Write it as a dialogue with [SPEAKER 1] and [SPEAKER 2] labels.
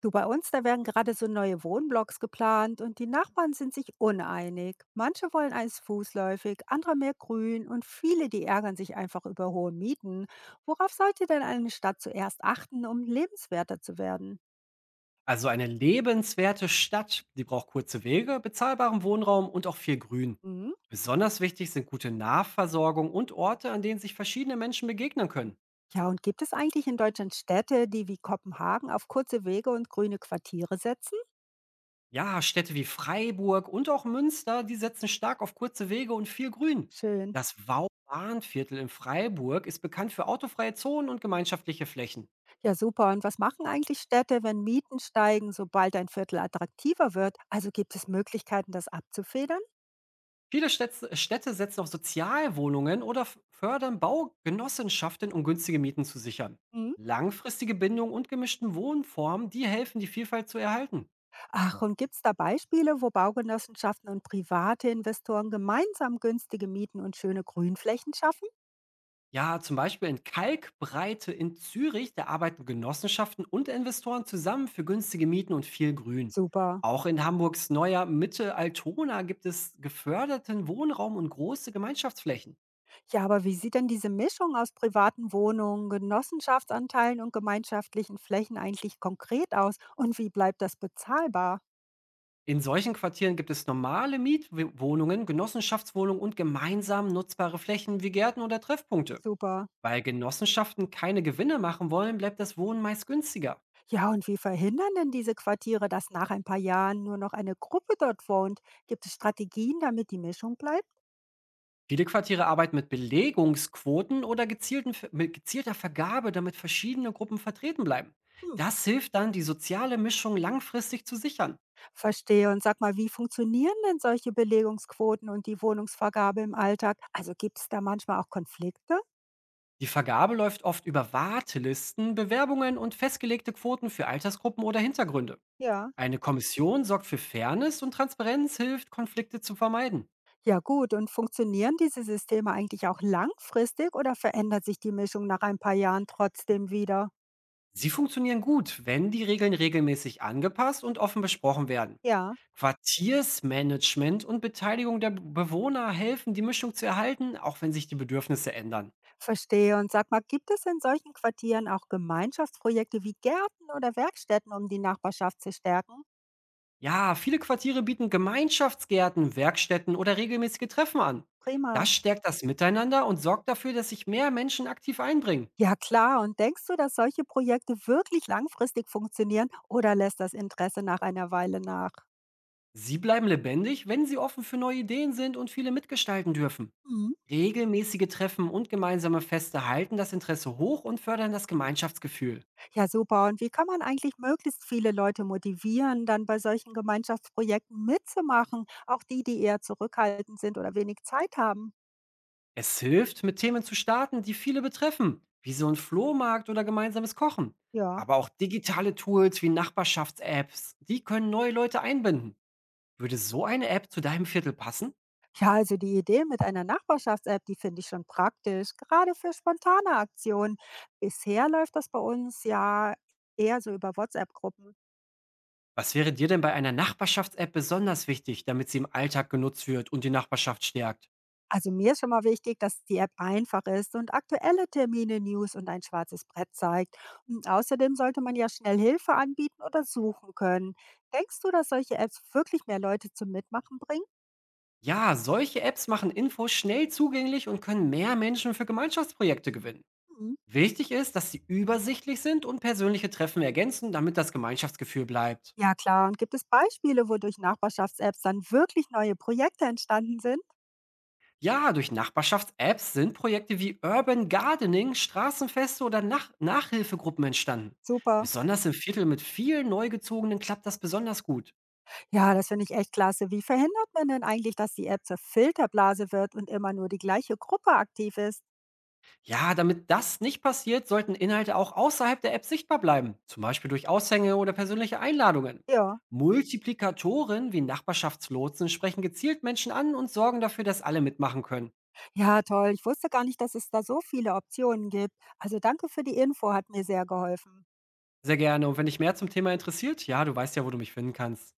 [SPEAKER 1] Du, bei uns, da werden gerade so neue Wohnblocks geplant und die Nachbarn sind sich uneinig. Manche wollen eins fußläufig, andere mehr grün und viele, die ärgern sich einfach über hohe Mieten. Worauf sollte denn eine Stadt zuerst achten, um lebenswerter zu werden?
[SPEAKER 2] Also eine lebenswerte Stadt, die braucht kurze Wege, bezahlbaren Wohnraum und auch viel Grün.
[SPEAKER 1] Mhm.
[SPEAKER 2] Besonders wichtig sind gute Nahversorgung und Orte, an denen sich verschiedene Menschen begegnen können.
[SPEAKER 1] Ja, und gibt es eigentlich in Deutschland Städte, die wie Kopenhagen auf kurze Wege und grüne Quartiere setzen?
[SPEAKER 2] Ja, Städte wie Freiburg und auch Münster, die setzen stark auf kurze Wege und viel Grün.
[SPEAKER 1] Schön.
[SPEAKER 2] Das Wau-Bahnviertel in Freiburg ist bekannt für autofreie Zonen und gemeinschaftliche Flächen.
[SPEAKER 1] Ja, super. Und was machen eigentlich Städte, wenn Mieten steigen, sobald ein Viertel attraktiver wird? Also gibt es Möglichkeiten, das abzufedern?
[SPEAKER 2] Viele Städte setzen auf Sozialwohnungen oder fördern Baugenossenschaften, um günstige Mieten zu sichern.
[SPEAKER 1] Mhm.
[SPEAKER 2] Langfristige Bindung und gemischten Wohnformen, die helfen, die Vielfalt zu erhalten.
[SPEAKER 1] Ach, und gibt es da Beispiele, wo Baugenossenschaften und private Investoren gemeinsam günstige Mieten und schöne Grünflächen schaffen?
[SPEAKER 2] Ja, zum Beispiel in Kalkbreite in Zürich, da arbeiten Genossenschaften und Investoren zusammen für günstige Mieten und viel Grün.
[SPEAKER 1] Super.
[SPEAKER 2] Auch in Hamburgs neuer Mitte Altona gibt es geförderten Wohnraum und große Gemeinschaftsflächen.
[SPEAKER 1] Ja, aber wie sieht denn diese Mischung aus privaten Wohnungen, Genossenschaftsanteilen und gemeinschaftlichen Flächen eigentlich konkret aus? Und wie bleibt das bezahlbar?
[SPEAKER 2] In solchen Quartieren gibt es normale Mietwohnungen, Genossenschaftswohnungen und gemeinsam nutzbare Flächen wie Gärten oder Treffpunkte.
[SPEAKER 1] Super.
[SPEAKER 2] Weil Genossenschaften keine Gewinne machen wollen, bleibt das Wohnen meist günstiger.
[SPEAKER 1] Ja, und wie verhindern denn diese Quartiere, dass nach ein paar Jahren nur noch eine Gruppe dort wohnt? Gibt es Strategien, damit die Mischung bleibt?
[SPEAKER 2] Viele Quartiere arbeiten mit gezielter Vergabe, damit verschiedene Gruppen vertreten bleiben. Das hilft dann, die soziale Mischung langfristig zu sichern.
[SPEAKER 1] Verstehe. Und sag mal, wie funktionieren denn solche Belegungsquoten und die Wohnungsvergabe im Alltag? Also gibt es da manchmal auch Konflikte?
[SPEAKER 2] Die Vergabe läuft oft über Wartelisten, Bewerbungen und festgelegte Quoten für Altersgruppen oder Hintergründe.
[SPEAKER 1] Ja.
[SPEAKER 2] Eine Kommission sorgt für Fairness und Transparenz hilft, Konflikte zu vermeiden.
[SPEAKER 1] Ja gut, und funktionieren diese Systeme eigentlich auch langfristig oder verändert sich die Mischung nach ein paar Jahren trotzdem wieder?
[SPEAKER 2] Sie funktionieren gut, wenn die Regeln regelmäßig angepasst und offen besprochen werden.
[SPEAKER 1] Ja.
[SPEAKER 2] Quartiersmanagement und Beteiligung der Bewohner helfen, die Mischung zu erhalten, auch wenn sich die Bedürfnisse ändern.
[SPEAKER 1] Verstehe. Und sag mal, gibt es in solchen Quartieren auch Gemeinschaftsprojekte wie Gärten oder Werkstätten, um die Nachbarschaft zu stärken?
[SPEAKER 2] Ja, viele Quartiere bieten Gemeinschaftsgärten, Werkstätten oder regelmäßige Treffen an.
[SPEAKER 1] Prima.
[SPEAKER 2] Das stärkt das Miteinander und sorgt dafür, dass sich mehr Menschen aktiv einbringen.
[SPEAKER 1] Ja klar, und denkst du, dass solche Projekte wirklich langfristig funktionieren oder lässt das Interesse nach einer Weile nach?
[SPEAKER 2] Sie bleiben lebendig, wenn sie offen für neue Ideen sind und viele mitgestalten dürfen.
[SPEAKER 1] Mhm.
[SPEAKER 2] Regelmäßige Treffen und gemeinsame Feste halten das Interesse hoch und fördern das Gemeinschaftsgefühl.
[SPEAKER 1] Ja, super. Und wie kann man eigentlich möglichst viele Leute motivieren, dann bei solchen Gemeinschaftsprojekten mitzumachen? Auch die, die eher zurückhaltend sind oder wenig Zeit haben.
[SPEAKER 2] Es hilft, mit Themen zu starten, die viele betreffen, wie so ein Flohmarkt oder gemeinsames Kochen.
[SPEAKER 1] Ja.
[SPEAKER 2] Aber auch digitale Tools wie Nachbarschafts-Apps, die können neue Leute einbinden. Würde so eine App zu deinem Viertel passen?
[SPEAKER 1] Ja, also die Idee mit einer Nachbarschafts-App, die finde ich schon praktisch, gerade für spontane Aktionen. Bisher läuft das bei uns ja eher so über WhatsApp-Gruppen.
[SPEAKER 2] Was wäre dir denn bei einer Nachbarschafts-App besonders wichtig, damit sie im Alltag genutzt wird und die Nachbarschaft stärkt?
[SPEAKER 1] Also mir ist schon mal wichtig, dass die App einfach ist und aktuelle Termine, News und ein schwarzes Brett zeigt. Und außerdem sollte man ja schnell Hilfe anbieten oder suchen können. Denkst du, dass solche Apps wirklich mehr Leute zum Mitmachen bringen?
[SPEAKER 2] Ja, solche Apps machen Infos schnell zugänglich und können mehr Menschen für Gemeinschaftsprojekte gewinnen.
[SPEAKER 1] Mhm.
[SPEAKER 2] Wichtig ist, dass sie übersichtlich sind und persönliche Treffen ergänzen, damit das Gemeinschaftsgefühl bleibt.
[SPEAKER 1] Ja klar, und gibt es Beispiele, wodurch Nachbarschafts-Apps dann wirklich neue Projekte entstanden sind?
[SPEAKER 2] Ja, durch Nachbarschafts-Apps sind Projekte wie Urban Gardening, Straßenfeste oder Nachhilfegruppen entstanden.
[SPEAKER 1] Super.
[SPEAKER 2] Besonders im Viertel mit vielen Neugezogenen klappt das besonders gut.
[SPEAKER 1] Ja, das finde ich echt klasse. Wie verhindert man denn eigentlich, dass die App zur Filterblase wird und immer nur die gleiche Gruppe aktiv ist?
[SPEAKER 2] Ja, damit das nicht passiert, sollten Inhalte auch außerhalb der App sichtbar bleiben, zum Beispiel durch Aushänge oder persönliche Einladungen.
[SPEAKER 1] Ja.
[SPEAKER 2] Multiplikatoren wie Nachbarschaftslotsen sprechen gezielt Menschen an und sorgen dafür, dass alle mitmachen können.
[SPEAKER 1] Ja, toll. Ich wusste gar nicht, dass es da so viele Optionen gibt. Also danke für die Info, hat mir sehr geholfen.
[SPEAKER 2] Sehr gerne, und wenn dich mehr zum Thema interessiert, ja, du weißt ja, wo du mich finden kannst.